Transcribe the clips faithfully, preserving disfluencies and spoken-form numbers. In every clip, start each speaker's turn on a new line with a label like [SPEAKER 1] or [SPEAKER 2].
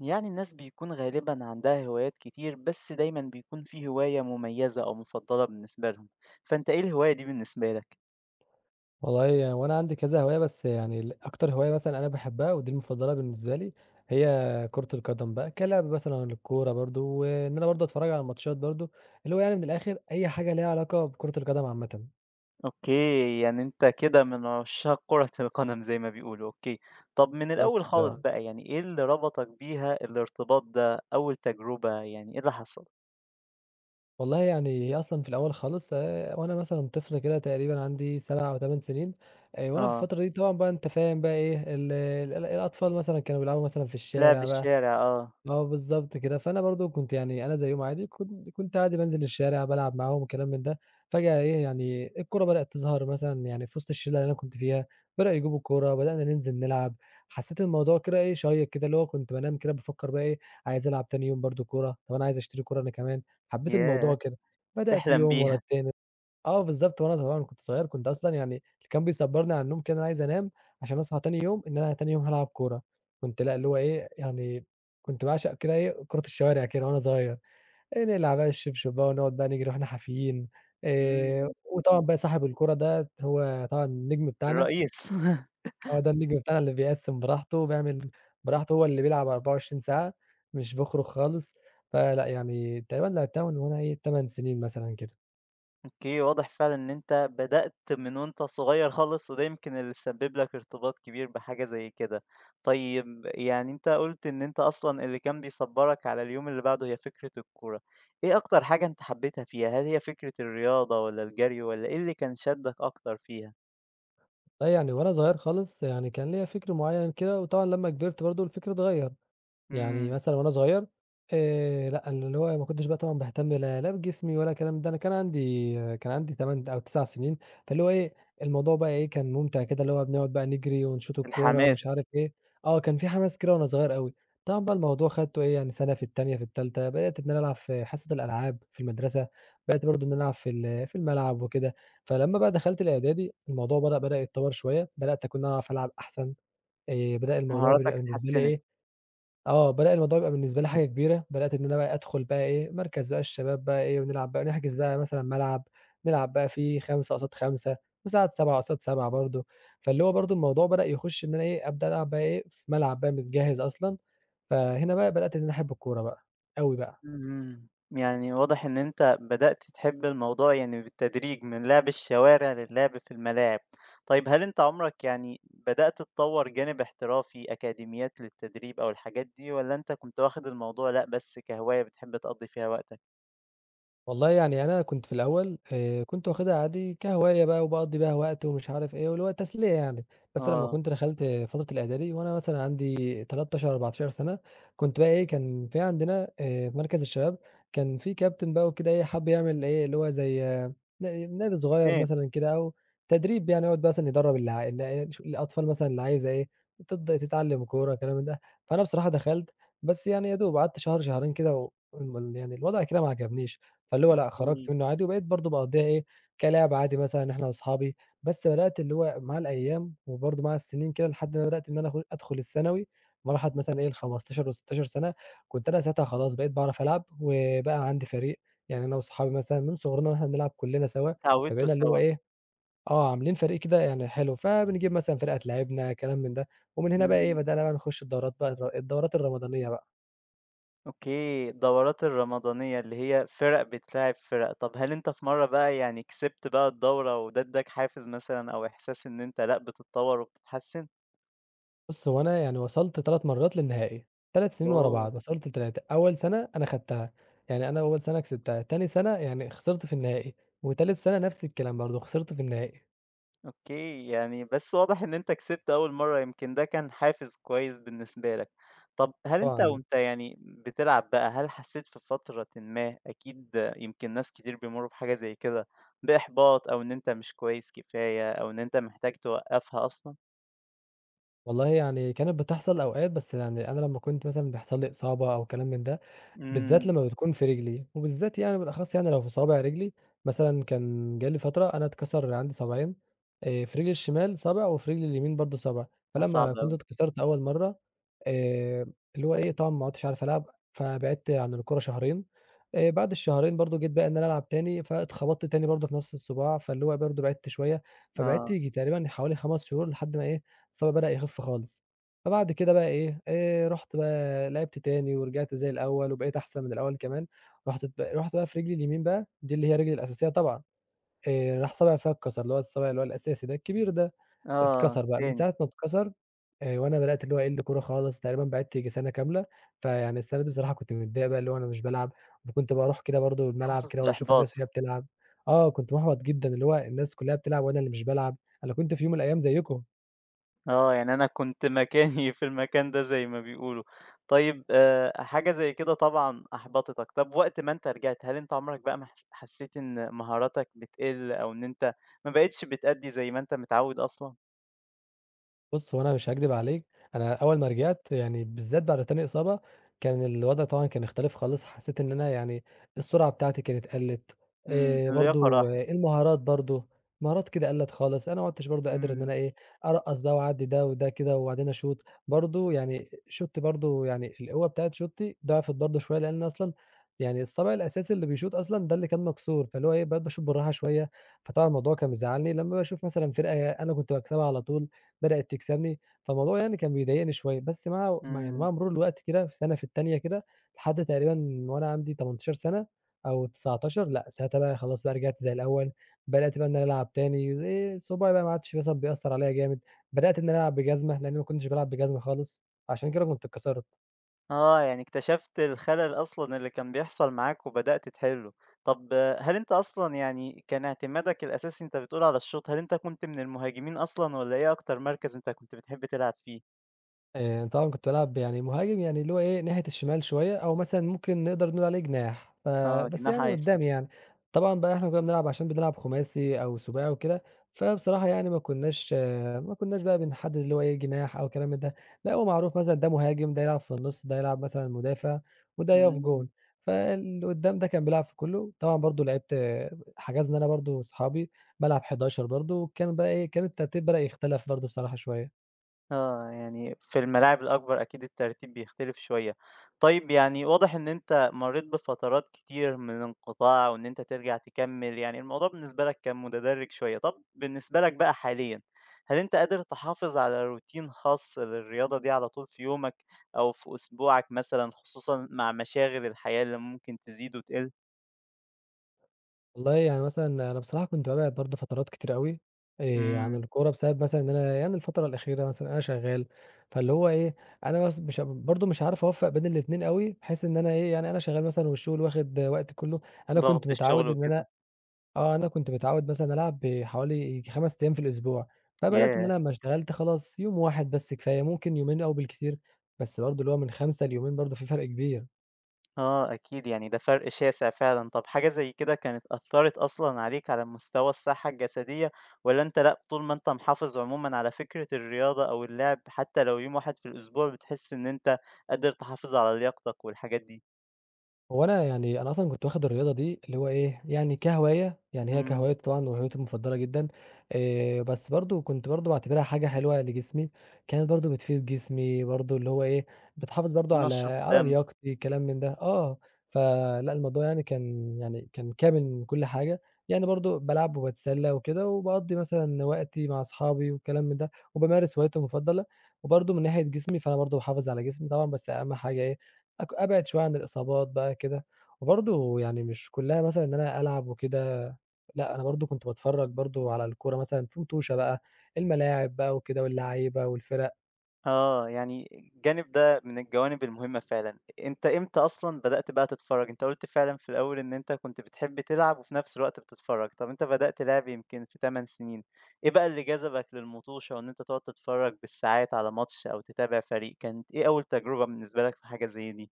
[SPEAKER 1] يعني الناس بيكون غالبا عندها هوايات كتير بس دايما بيكون في هواية مميزة أو مفضلة بالنسبة لهم، فأنت إيه الهواية دي بالنسبة لك؟
[SPEAKER 2] والله يعني وأنا عندي كذا هواية، بس يعني ال أكتر هواية مثلًا أنا باحبها ودي المفضلة بالنسبة لي، هي كرة القدم بقى، كلعب مثلًا للكورة برضه، وإن أنا برضه أتفرّج على الماتشات برضه، اللي هو يعني من الآخر أي حاجة ليها علاقة بكرة القدم عامةً.
[SPEAKER 1] أوكي، يعني أنت كده من عشاق كرة القدم زي ما بيقولوا. أوكي، طب من
[SPEAKER 2] بالضبط
[SPEAKER 1] الأول
[SPEAKER 2] كده،
[SPEAKER 1] خالص
[SPEAKER 2] آه.
[SPEAKER 1] بقى يعني إيه اللي ربطك بيها الارتباط ده، أول تجربة يعني إيه اللي حصل؟
[SPEAKER 2] والله يعني هي أصلًا في الأول خالص آآ، وأنا مثلًا طفل كده تقريبًا عندي سبعة أو ثماني سنين، آآ، وأنا في
[SPEAKER 1] آه،
[SPEAKER 2] الفترة دي طبعًا بقى أنت فاهم بقى إيه، ال ال الأطفال مثلًا كانوا بيلعبوا مثلًا في
[SPEAKER 1] لعب
[SPEAKER 2] الشارع بقى،
[SPEAKER 1] الشارع، آه.
[SPEAKER 2] آه بالضبط كده، فأنا برضه كنت يعني أنا زيّهم عادي، كنت كنت عادي بانزل الشارع بالعب معاهم وكلام من ده، فجأة إيه يعني الكورة بدأت تظهر مثلًا يعني في وسط الشلة اللي أنا كنت فيها، بدأوا يجيبوا الكورة، بدأنا ننزل نلعب، حسّيت الموضوع كده إيه شيّق كده، اللي هو كنت بانام كده بافكّر بقى إيه عايز ألعب تاني يوم برضه كورة، طب أنا عايز أشتري كورة أنا كمان، حبّيت الموضوع
[SPEAKER 1] ياه،
[SPEAKER 2] كده، بدأت
[SPEAKER 1] تحلم
[SPEAKER 2] يوم ورا
[SPEAKER 1] بيها.
[SPEAKER 2] التاني آه بالضبط، وأنا طبعًا كنت صغير كنت أصلًا يعني اللي كان بيصبّرني على النوم كده إن أنا عايز أنام عشان أصحى تاني يوم، إن أنا تاني يوم هالعب كورة، كنت لأ، اللي هو إيه يعني كنت باعشق كده إيه كورة الشوارع كده وأنا صغير، آآ نلعب بقى الشبشب بقى ونقعد بقى نجري وإحنا حافيين آآ،
[SPEAKER 1] مم،
[SPEAKER 2] وطبعًا بقى صاحب الكورة ده هو طبعًا النجم بتاعنا،
[SPEAKER 1] الرئيس.
[SPEAKER 2] هو ده النجم بتاعنا اللي بيقسّم براحته، بيعمل براحته، هو اللي بيلعب أربعة وعشرين ساعة مش باخرج خالص، فلأ يعني تقريبًا لعبتها من وأنا إيه ثماني سنين مثلًا كده.
[SPEAKER 1] أوكي، واضح فعلًا إن أنت بدأت من وأنت صغير خالص، وده يمكن اللي سبب لك ارتباط كبير بحاجة زي كده. طيب، يعني أنت قُلت إن أنت أصلًا اللي كان بيصبّرك على اليوم اللي بعده هي فكرة الكورة، إيه أكتر حاجة أنت حبيتها فيها؟ هل هي فكرة الرياضة والّا الجري والّا إيه اللي كان شدّك أكتر فيها؟
[SPEAKER 2] لأ يعني وأنا صغير خالص يعني كان ليّا فِكر معيّن كده، وطبعًا لمّا كبرت برضه الفِكر اتغيّر. يعني
[SPEAKER 1] إمم.
[SPEAKER 2] مثلًا وأنا صغير آآ لأ، اللي هو ما كنتش بقى طبعًا باهتم لا لا بجسمي ولا الكلام ده، أنا كان عندي كان عندي ثماني أو تسعة سنين، فاللي هو إيه، الموضوع بقى إيه، كان ممتع كده اللي هو بنقعد بقى نجري ونشوط الكورة ومش
[SPEAKER 1] الحماس.
[SPEAKER 2] عارف إيه، آه، كان في حماس كده وأنا صغير أوي. طبعًا بقى الموضوع خدته إيه، يعني سَنة في التانية في التالتة، بدأت إن أنا ألعب في حصة الألعاب في المدرسة، بدأت برضه إن أنا ألعب في ال في الملعب وكده. فلمّا بقى دخلت الإعدادي الموضوع بدأ بدأ يتطور شوية، بدأت أكون أنا أعرف ألعب أحسن، آآ بدأ الموضوع
[SPEAKER 1] مهاراتك
[SPEAKER 2] بيبقى بالنسبة لي
[SPEAKER 1] اتحسنت.
[SPEAKER 2] إيه آه، بالاقي الموضوع بيبقى بالنسبة لي حاجة كبيرة، بدأت إن أنا بقى أدخل بقى إيه، مركز بقى الشباب بقى إيه، ونلعب بقى نحجز بقى مثلًا ملعب، نلعب بقى فيه خمسة قصاد خمسة وساعات سبعة قصاد سبعة برضه، فاللي هو برضه الموضوع بدأ يخش إن أنا إيه، أبدأ ألعب بقى إيه، في ملعب بقى متجهز أصلًا، فهنا بقى بدأت إن أنا أحب الكورة بقى، أوي بقى.
[SPEAKER 1] إمم، يعني واضح إن أنت بدأت تحب الموضوع يعني بالتدريج من لعب الشوارع للعب في الملاعب. طيب، هل أنت عمرك يعني بدأت تطوّر جانب احترافي، أكاديميات للتدريب أو الحاجات دي، والّا أنت كنت واخد الموضوع لأ بس كهواية بتحب تقضّي فيها وقتك؟
[SPEAKER 2] والله يعني أنا كنت في الأول آآ كنت واخدها عادي كهواية بقى وباقضّي بيها وقت ومش عارف إيه، واللي هو تسلية يعني، بس لمّا
[SPEAKER 1] آه.
[SPEAKER 2] كنت دخلت فترة الإعدادي وأنا مثلًا عندي ثلاثة عشر أربعة عشر سَنة، كنت بقى إيه، كان في عندنا آآ في مركز الشباب كان في كابتن بقى وكده إيه، حَب يعمل إيه، اللي هو زي نا نادي صغير
[SPEAKER 1] تمام.
[SPEAKER 2] مثلًا كده أو تدريب يعني يقعد مثلًا يدرّب اللي عا اللي إيه، ش الأطفال مثلًا اللي عايزة إيه، تبدأ تتعلّم كورة كلام من ده، فأنا بصراحة دخلت، بس يعني يا دوب قعدت شهر، شهرين كده و ال يعني الوضع كده ما عجبنيش. فاللي هو لأ، خرجت
[SPEAKER 1] أوكي.
[SPEAKER 2] منّه عادي، وبقيت برضه باقضّيها إيه، كلعب عادي مثلًا إحنا وأصحابي، بس بدأت اللي هو مع الأيام وبرضه مع السنين كده لحد ما بدأت إن أنا آخ أدخل الثانوي، مرحلة مثلًا إيه ال15 و16 سَنة، كنت أنا ساعتها خلاص بقيت باعرف ألعب، وبقى عندي فريق، يعني أنا وأصحابي مثلًا من صغرنا وإحنا بنلعب كُلّنا سوا،
[SPEAKER 1] اتعوّدتوا
[SPEAKER 2] فبقينا اللي هو
[SPEAKER 1] سوا.
[SPEAKER 2] إيه، آه، عاملين فريق كده يعني حلو، فبنجيب مثلًا فرقة تلاعبنا كلام من ده، ومن هنا بقى إيه
[SPEAKER 1] إمم.
[SPEAKER 2] بدأنا بقى نخش الدورات بقى الر الدورات الرمضانية بقى.
[SPEAKER 1] أوكي، الدورات الرمضانية اللي هي فِرَق بتلاعب فِرَق، طَب هل أنت في مرّة بقى يعني كسبت بقى الدورة وده ادّاك حافز مثلًا أو إحساس إن أنت لأ، بتتطوّر وبتتحسّن؟
[SPEAKER 2] بُص، هو أنا يعني وصلت ثلاث مرّات للنهائي، ثلاث سنين ورا
[SPEAKER 1] آه.
[SPEAKER 2] بعض، وصلت ل3، أول سَنة أنا خدتها، يعني أنا أول سَنة كسبتها، تاني سَنة يعني خسرت في النهائي، وتالت سَنة نفس الكلام برضه، خسرت في النهائي.
[SPEAKER 1] أوكي، يعني بس واضح إن أنت كسبت أول مرّة، يمكن ده كان حافز كويس بالنسبة لك. طَب هل أنت
[SPEAKER 2] طبعًا
[SPEAKER 1] وأنت يعني بتلعب بقى، هل حسّيت في فترةٍ ما أكيد يمكن ناس كتير بيمرّوا بحاجة زي كده، بإحباط أو إن أنت مش كويس كفاية أو إن أنت محتاج توقّفها أصلًا؟
[SPEAKER 2] والله يعني كانت بتحصل أوقات، بس يعني أنا لمّا كنت مثلًا بيحصل لي إصابة أو كلام من ده بالذات
[SPEAKER 1] إمم.
[SPEAKER 2] لمّا بتكون في رجلي، وبالذات يعني بالأخص يعني لو في صوابع رجلي، مثلًا كان جالي فترة أنا اتكسر عندي صابعين، آآ في رجلي الشمال صابع وفي رجلي اليمين برضه صابع،
[SPEAKER 1] ده صعب
[SPEAKER 2] فلمّا كنت
[SPEAKER 1] أوي.
[SPEAKER 2] اتكسرت أول مرّة آآ اللي هو إيه، طبعًا ما عُدتش عارف ألعب، فبعدت عن الكورة شهرين، آآ بعد الشهرين برضه جيت بقى إن أنا ألعب تاني، فاتخبطت تاني برضه في نفس الصباع، فاللي هو برضه بعدت شوية، فبعدت
[SPEAKER 1] آه.
[SPEAKER 2] ييجي تقريبًا حوالي خمس شهور لحد ما إيه، الصابع بدأ يخف خالص. فبعد كده بقى إيه، آآ رُحت بقى لعبت تاني ورجعت زي الأول وبقيت أحسن من الأول كمان، رُحت ب رُحت بقى في رجلي اليمين بقى، دي اللي هي رجلي الأساسية طبعًا، آآ راح صابعي فيها اتكسر، اللي هو الصابع اللي هو الأساسي ده الكبير ده،
[SPEAKER 1] آه،
[SPEAKER 2] اتكسر بقى من
[SPEAKER 1] تاني.
[SPEAKER 2] ساعة ما اتكسر آآ وأنا بدأت اللي هو أقِل كورة خالص، تقريبا بعدت ييجي سَنة كاملة، فيعني السَنة دي بصراحة كنت متضايق بقى اللي هو أنا مش بالعب، وكنت باروح كده برضه الملعب
[SPEAKER 1] حاسس
[SPEAKER 2] كده واشوف الناس
[SPEAKER 1] بإحباط.
[SPEAKER 2] وهي بتلعب، آه كنت مُحبَط جدًا، اللي هو الناس كلّها بتلعب وأنا اللي مش بالعب، أنا كنت في يوم من الأيام زيّكم.
[SPEAKER 1] آه، يعني أنا كنت مكاني في المكان ده زي ما بيقولوا. طيب آآ، حاجة زي كده طبعًا أحبطتك، طب وقت ما أنت رجعت هل أنت عمرك بقى ما حس حسيت إن مهاراتك بتقل أو إن أنت ما بقيتش بتأدّي زي ما أنت متعوّد أصلًا؟
[SPEAKER 2] بُص، هو أنا مش هاكدب عليك، أنا أول ما رجعت يعني بالذات بعد تاني إصابة، كان الوضع طبعًا كان اختلف خالص، حسيت إن أنا يعني السرعة بتاعتي كانت قلّت،
[SPEAKER 1] إمم،
[SPEAKER 2] آآ
[SPEAKER 1] اللياقة
[SPEAKER 2] برضه
[SPEAKER 1] راحت.
[SPEAKER 2] المهارات برضه، مهارات كده قلّت خالص، أنا ما عُدتش برضه قادر إن أنا
[SPEAKER 1] إمم.
[SPEAKER 2] إيه، أرقّص بقى وأعدّي ده وده كده وبعدين أشوط، برضه يعني شوطّي برضه يعني القوة بتاعة شوطّي ضعفت برضه شوية، لإن أصلًا يعني الصابع الأساسي اللي بيشوط أصلًا ده اللي كان مكسور، فاللي هو إيه بقيت باشوط بالراحة شوية، فطبعًا الموضوع كان مزعّلني، لمّا باشوف مثلًا فرقة أنا كنت باكسبها على طول بدأت تكسبني، فالموضوع يعني كان بيضايقني شوية، بس مع مع يعني
[SPEAKER 1] إمم.
[SPEAKER 2] مع مرور الوقت كده في سَنة في التانية كده، لحد تقريبًا وأنا عندي تمنتاشر سَنة أو تسعة عشر لأ، ساعتها بقى خلاص بقى رجعت زي الأول، بدأت بقى إن أنا ألعب تاني، آآ، صباعي بقى ما عادش مثلًا بيأثّر عليّا جامد، بدأت إن أنا ألعب بجزمة، لإنّي ما كنتش بالعب بجزمة خالص، عشان كده كنت اتكسرت.
[SPEAKER 1] آه، يعني اكتشفت الخلل أصلًا اللي كان بيحصل معاك وبدأت تحلّه. طب آه، هل أنت أصلًا يعني كان اعتمادك الأساسي أنت بتقول على الشوط، هل أنت كنت من المهاجمين أصلًا والّا إيه أكتر مركز أنت كنت بتحب تلعب فيه؟
[SPEAKER 2] آآ طبعًا كنت بالعب يعني مهاجم، يعني اللي هو إيه، ناحية الشمال شوية أو مثلًا ممكن نقدر نقول عليه جناح، ف
[SPEAKER 1] آه،
[SPEAKER 2] بس
[SPEAKER 1] جناح
[SPEAKER 2] يعني
[SPEAKER 1] أيسر.
[SPEAKER 2] قدّام يعني. طبعًا بقى إحنا كُنّا بنلعب عشان بنلعب خماسي أو سُباعي وكده، فبصراحة يعني ما كُنّاش ما كُنّاش بقى بنحدّد اللي هو إيه، جناح أو كلام من ده، لأ هو معروف مثلًا ده مهاجم، ده يلعب في النُص، ده يلعب مثلًا مدافع وده يقف جون،
[SPEAKER 1] إمم.
[SPEAKER 2] فاللي قدّام ده كان بيلعب في كُلّه. طبعًا برضه لعبت حجزنا أنا برضه وأصحابي، بالعب حداشر برضه، وكان بقى إيه، كان الترتيب بدأ يختلف برضه بصراحة شوية.
[SPEAKER 1] آه، يعني في الملاعب الأكبر أكيد الترتيب بيختلف شوية. طيب، يعني واضح إن أنت مرّيت بفترات كتير من الانقطاع وإن أنت ترجع تكمّل، يعني الموضوع بالنسبة لك كان متدرِّج شوية. طَب بالنسبة لك بقى حاليًا، هل أنت قادر تحافظ على روتين خاص للرياضة دي على طول في يومك أو في أسبوعك مثلًا خصوصًا مع مشاغل الحياة اللي ممكن تزيد وتقِل؟
[SPEAKER 2] والله يعني مثلًا أنا بصراحة كنت بابعد برضه فترات كتير أوي آآ، عن
[SPEAKER 1] إمم.
[SPEAKER 2] الكورة بسبب مثلًا إن أنا يعني الفترة الأخيرة مثلًا أنا شغّال، فاللي هو إيه، أنا بس مش برضه مش عارف أوفّق بين الاتنين أوي، بحيث إن أنا إيه، يعني أنا شغّال مثلًا والشغل واخد وقتي كلّه، أنا
[SPEAKER 1] ضغط
[SPEAKER 2] كنت
[SPEAKER 1] الشغل
[SPEAKER 2] متعوّد إن أنا
[SPEAKER 1] وكده.
[SPEAKER 2] آه، أنا كنت متعوّد مثلًا ألعب حوالي خمسة أيام في الأسبوع، فبدأت إن
[SPEAKER 1] ياه!
[SPEAKER 2] أنا لمّا اشتغلت خلاص يوم واحد بس كفاية، ممكن يومين أوي بالكتير، بس برضه اللي هو من خمسة ليومين برضه في فرق كبير.
[SPEAKER 1] آه أكيد، يعني ده فرْق شاسع فعلًا. طَب حاجة زي كده كانت أثّرت أصلًا عليك على مستوى الصحّة الجسدية والّا أنت لأ، طول ما أنت محافظ عمومًا على فكرة الرياضة أو اللعب حتى لو يوم واحد في الأسبوع بتحس إن أنت قادر تحافظ على لياقتك والحاجات دي؟
[SPEAKER 2] هو أنا يعني أنا أصلًا كنت واخد الرياضة دي اللي هو إيه، يعني كهواية، يعني هي
[SPEAKER 1] إمم.
[SPEAKER 2] كهوايتي طبعًا وهوايتي المفضلة جدًا، آآ بس برضه كنت برضه باعتبرها حاجة حلوة لجسمي، كانت برضه بتفيد جسمي برضه اللي هو إيه، بتحافظ برضه على
[SPEAKER 1] تنشّط
[SPEAKER 2] على
[SPEAKER 1] الدم.
[SPEAKER 2] لياقتي كلام من ده، آه، فلأ الموضوع يعني كان يعني كان كامل من كل حاجة، يعني برضه بالعب وباتسلى وكده، وباقضّي مثلًا وقتي مع أصحابي وكلام من ده، وبامارس هوايتي المفضلة، وبرضه من ناحية جسمي فأنا برضه باحافظ على جسمي طبعًا، بس أهم حاجة إيه أك أبعد شوية عن الإصابات بقى كده، وبرضه يعني مش كُلّها مثلًا إن أنا ألعب وكده، لأ أنا برضه كنت باتفرّج برضه على الكورة مثلًا في مُطوشة بقى، الملاعب بقى وكده واللعايبة والفِرَق.
[SPEAKER 1] آه، يعني الجانب ده من الجوانب المهمة فعلًا. أنت إمتى أصلًا بدأت بقى تتفرّج؟ أنت قُلت فعلًا في الأول إن أنت كنت بتحب تلعب وفي نفس الوقت بتتفرّج، طَب أنت بدأت لعب يمكن في تمن سنين، إيه بقى اللي جذبك للمطوشة وإن أنت تقعد تتفرّج بالساعات على ماتش أو تتابع فريق؟ كانت إيه أول تجربة بالنسبة لك في حاجة زي دي؟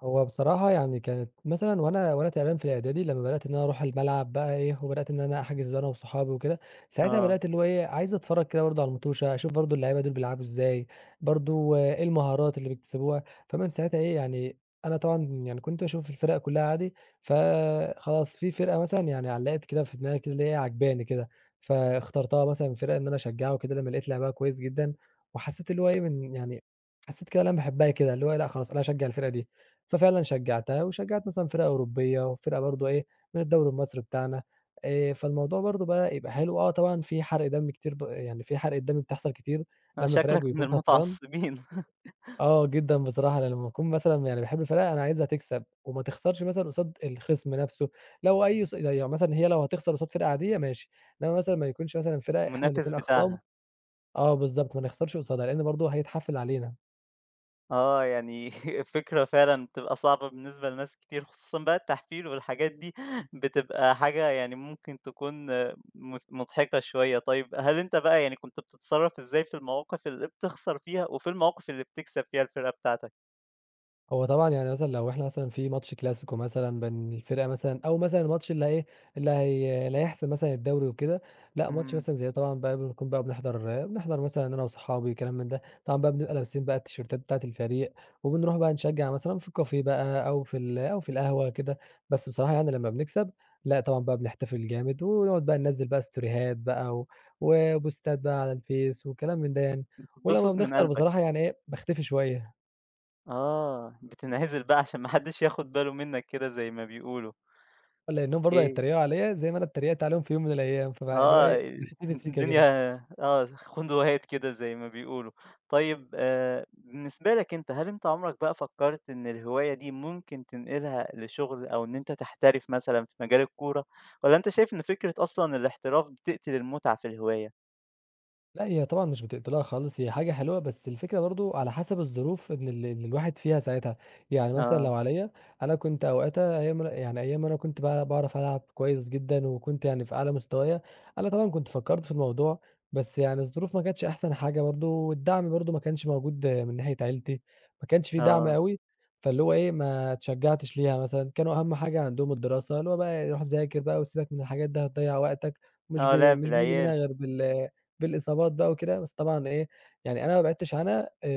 [SPEAKER 2] هو بصراحة يعني كانت مثلًا وأنا وأنا تقريبًا في الإعدادي لمّا بدأت إن أنا أروح الملعب بقى إيه، وبدأت إن أنا أحجز بقى أنا وصحابي وكده، ساعتها
[SPEAKER 1] آه.
[SPEAKER 2] بدأت اللي هو إيه، عايز أتفرّج كده برضه على المُطوشة، أشوف برضه اللعيبة دول بيلعبوا إزاي، برضه آه، إيه المهارات اللي بيكتسبوها، فمن ساعتها إيه، يعني أنا طبعًا يعني كنت باشوف الفرق كُلّها عادي، فخلاص في فرقة مثلًا يعني علّقت كده في دماغي كده اللي هي عاجباني كده، فاخترتها مثلًا فرقة إن أنا أشجّعها وكده لمّا لقيت لعبها كويس جدًا، وحسّيت اللي هو إيه، من يعني حسّيت كده اللي أنا باحبها كده، اللي هو إيه، لأ خلاص أنا هاشجّع الفرقة دي. ففعلًا شجّعتها، وشجّعت مثلًا فرق أوروبية، وفرقة برضه إيه، من الدوري المصري بتاعنا. آآ، فالموضوع برضه بدأ يبقى حلو. آه طبعًا في حرق دم كتير ب يعني في حرقة دم بتحصل كتير
[SPEAKER 1] آه،
[SPEAKER 2] لمّا فريقك
[SPEAKER 1] شكلك من
[SPEAKER 2] بيكون خسران.
[SPEAKER 1] المتعصبين.
[SPEAKER 2] آه جدًا بصراحة، أنا لمّا أكون مثلًا يعني باحب الفرقة أنا عايزها تكسب، وما تخسرش مثلًا قصاد الخصم نفسه. لو أي ص يعني مثلًا هي لو هتخسر قصاد فرقة عادية ماشي، إنّما مثلًا ما يكونش مثلًا فرقة إحنا
[SPEAKER 1] المنافس
[SPEAKER 2] الاتنين أخصام.
[SPEAKER 1] بتاعها.
[SPEAKER 2] آه بالضبط، ما نخسرش قصادها، لإن برضه هيتحفّل علينا.
[SPEAKER 1] آه، يعني فكرة فعلًا بتبقى صعبة بالنسبة لناس كتير، خصوصًا بقى التحفيل والحاجات دي بتبقى حاجة يعني ممكن تكون آه، م مضحكة شوية. طيب، هل أنت بقى يعني كنت بتتصرّف إزاي في المواقف اللي بتخسر فيها، وفي المواقف اللي بتكسب فيها الفرقة بتاعتك؟
[SPEAKER 2] هو طبعًا يعني مثلًا لو إحنا مثلًا في ماتش كلاسيكو مثلًا بين الفرقة مثلًا أو مثلًا الماتش اللي إيه، اللي هي اللي هيحسم مثلًا الدوري وكده. لأ ماتش
[SPEAKER 1] إمم.
[SPEAKER 2] مثلًا زي طبعًا بقى بنكون بقى بنحضر بنحضر مثلًا أنا وصحابي كلام من ده، طبعًا بقى بنبقى لابسين بقى التيشيرتات بتاعة الفريق، وبنروح بقى نشجّع مثلًا في الكافيه بقى أو في ال أو في القهوة كده. بس بصراحة يعني لمّا بنكسب، لأ طبعًا بقى بنحتفل جامد، ونقعد بقى ننزّل بقى ستوريهات بقى و وبوستات بقى على الفيس وكلام من ده يعني. ولمّا
[SPEAKER 1] بتتبسط من
[SPEAKER 2] بنخسر
[SPEAKER 1] قلبك.
[SPEAKER 2] بصراحة يعني إيه، باختفي شوية.
[SPEAKER 1] آه، بتنعزل بقى عشان ما حدش ياخد باله منّك كده زي ما بيقولوا.
[SPEAKER 2] لإنهم برضه
[SPEAKER 1] أوكي.
[SPEAKER 2] هيتريقوا عليَّ زي ما أنا اتريقت عليهم في يوم من الأيام، فبقى اللي هو
[SPEAKER 1] آه،
[SPEAKER 2] إيه، دي في السيكة كده.
[SPEAKER 1] الدنيا آه، خندوهات كده زي ما بيقولوا. طيب آآ، بالنسبة لك أنت، هل أنت عمرك بقى فكّرت إن الهواية دي ممكن تنقلها لشغل أو إن أنت تحترف مثلًا في مجال الكورة، والّا أنت شايف إن فكرة أصلًا الاحتراف بتقتل المتعة في الهواية؟
[SPEAKER 2] لأ، هي طبعًا مش بتقتلها خالص، هي حاجة حلوة، بس الفكرة برضه على حسب الظروف إن ال اللي الواحد فيها ساعتها، يعني مثلًا
[SPEAKER 1] آه.
[SPEAKER 2] لو عليّا أنا كنت أوقاتها أيام ما أنا يعني أيام ما أنا كنت بقى باعرف ألعب كويس جدًا، وكنت يعني في أعلى مستوايا. أنا طبعًا كنت فكّرت في الموضوع، بس يعني الظروف ما كانتش أحسن حاجة برضه، والدعم برضه ما كانش موجود من ناحية عيلتي، ما كانش في دعم
[SPEAKER 1] آه.
[SPEAKER 2] أوي. فاللي هو إيه ما اتشجّعتش ليها مثلًا، كانوا أهم حاجة عندهم الدراسة، اللي هو بقى روح ذاكر بقى وسيبك من الحاجات دي هتضيّع وقتك، مش ب
[SPEAKER 1] آه، لعب
[SPEAKER 2] مش بنيجي منها
[SPEAKER 1] العيال.
[SPEAKER 2] غير بال بالإصابات بقى وكده. بس طبعًا إيه، يعني أنا ما بعِدتش عنها. آآ،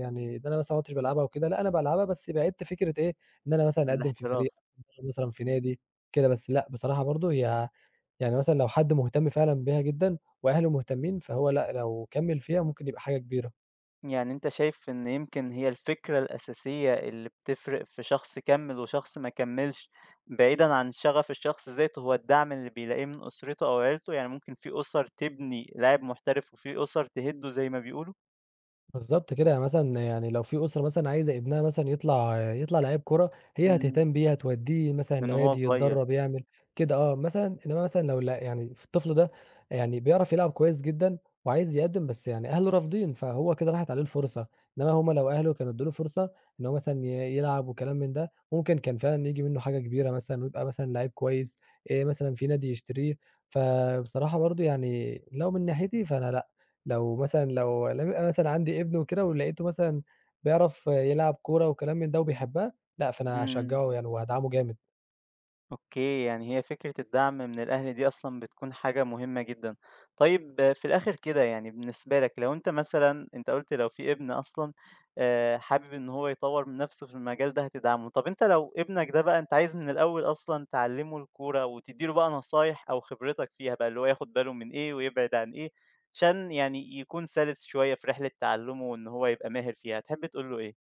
[SPEAKER 2] يعني ده أنا مثلًا ما عُدتش بالعبها وكده، لأ أنا بالعبها بس بعِدت فكرة إيه، إن أنا مثلًا أقدّم في فريق،
[SPEAKER 1] الاحتراف.
[SPEAKER 2] أقدّم مثلًا في نادي كده. بس لأ بصراحة برضه هي يعني مثلًا لو حد مهتم فعلًا بيها جدًا وأهله مهتمين، فهو لأ لو كمّل فيها ممكن يبقى حاجة كبيرة.
[SPEAKER 1] يعني أنت شايف إن يمكن هي الفكرة الأساسية اللي بتفرق في شخص كمّل وشخص ما كمّلش، بعيدًا عن شغف الشخص ذاته هو الدعم اللي بيلاقيه من أسرته أو عيلته، يعني ممكن في أسر تبني لاعب محترف وفي أسر تهِدّه زي ما بيقولوا؟
[SPEAKER 2] بالضبط كده، يعني مثلًا يعني لو في أسرة مثلًا عايزة ابنها مثلًا يطلع يطلع لعيب كورة، هي
[SPEAKER 1] إمم.
[SPEAKER 2] هتهتم بيه، هتوديه مثلًا
[SPEAKER 1] من وهو
[SPEAKER 2] نوادي
[SPEAKER 1] صغير.
[SPEAKER 2] يتدرّب، يعمل كده آه. مثلًا إنما مثلًا لو لأ يعني في الطفل ده يعني بيعرف يلعب كويس جدًا وعايز يقدّم، بس يعني أهله رافضين، فهو كده راحت عليه الفرصة. إنما هم لو أهله كانوا ادّوا له فرصة إن هو مثلًا ي يلعب وكلام من ده، ممكن كان فعلًا ييجي منّه حاجة كبيرة مثلًا ويبقى مثلًا لعيب كويس، آآ مثلًا في نادي يشتريه. فبصراحة برضه يعني لو من ناحيتي فأنا لأ، لو مثلًا لو لم يبقى مثلًا عندي ابن وكده ولقيته مثلًا بيعرف يلعب كورة وكلام من ده وبيحبها، لأ، فأنا
[SPEAKER 1] إمم.
[SPEAKER 2] هاشجّعه يعني وهادعمه جامد.
[SPEAKER 1] أوكي، يعني هي فكرة الدعم من الأهل دي أصلًا بتكون حاجة مهمة جدًا. طيب آه، في الآخر كده يعني بالنسبة لك لو أنت مثلًا أنت قُلت لو في ابن أصلًا آآ، حابب إن هو يطوّر من نفسه في المجال ده هتدعمه، طب أنت لو ابنك ده بقى أنت عايز من الأول أصلًا تعلّمه الكورة وتدّي له بقى نصايح أو خبرتك فيها بقى، اللي هو ياخد باله من إيه ويبعد عن إيه، عشان يعني يكون سَلِس شوية في رحلة تعلُّمه وإن هو يبقى ماهر فيها، تحب تقول له إيه؟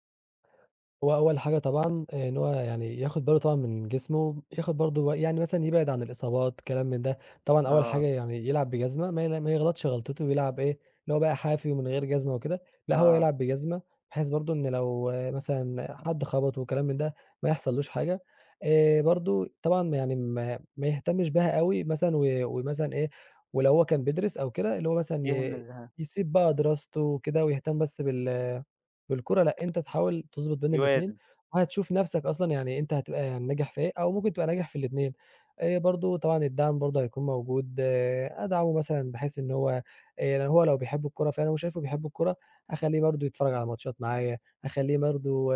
[SPEAKER 2] هو أول حاجة طبعًا آه، إن هو يعني ياخد باله طبعًا من جسمه، ياخد برضه يعني مثلًا يبعد عن الإصابات كلام من ده. طبعًا أول حاجة
[SPEAKER 1] آه.
[SPEAKER 2] يعني يلعب بجزمة ما ي ما يغلطش غلطته ويلعب إيه، اللي هو بقى حافي ومن غير جزمة وكده، لأ هو
[SPEAKER 1] آه،
[SPEAKER 2] يلعب بجزمة بحيث برضه إن لو مثلًا حد خبطه وكلام من ده ما يحصلوش حاجة. آآ برضه طبعًا يعني ما ما يهتمش بها أوي مثلًا و ومثلًا إيه، ولو هو كان بيدرس أو كده اللي هو مثلًا ي
[SPEAKER 1] يهمل ها.
[SPEAKER 2] يسيب بقى دراسته وكده ويهتم بس بال بالكورة لأ، أنت تحاول تضبط بين الاتنين،
[SPEAKER 1] يوازن.
[SPEAKER 2] وهتشوف نَفْسك أصلًا يعني أنت هتبقى يعني ناجح في إيه، أو ممكن تبقى ناجح في الاتنين. آآ برضه طبعًا الدعم برضه هيكون موجود. آه، أدعمه مثلًا بحيث إن هو آآ هو لو بيحب الكورة فأنا وشايفه بيحب الكورة، هاخلّيه برضه يتفرّج على ماتشات معايا، هاخلّيه برضه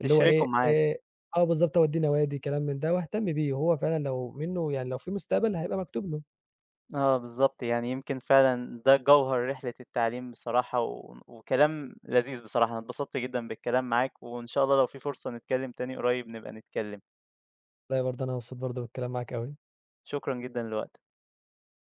[SPEAKER 2] اللي هو
[SPEAKER 1] تشرِكه
[SPEAKER 2] إيه،
[SPEAKER 1] معاك.
[SPEAKER 2] آآ آه بالضبط، أودّيه نوادي، كلام من ده واهتم بيه، وهو فعلًا لو منّه يعني لو في مستقبل هيبقى مكتوب له.
[SPEAKER 1] آه بالضبط، يعني يمكن فعلًا ده جوهر رحلة التعليم بصراحة، و وكلام لذيذ بصراحة، أنا اتبسطت جدًا بالكلام معاك، وإن شاء الله لو في فرصة نتكلم تاني قريب نبقى نتكلم،
[SPEAKER 2] والله برضه أنا مبسوط برضه بالكلام معاك أوي.
[SPEAKER 1] شكرًا جدًا لوقتك.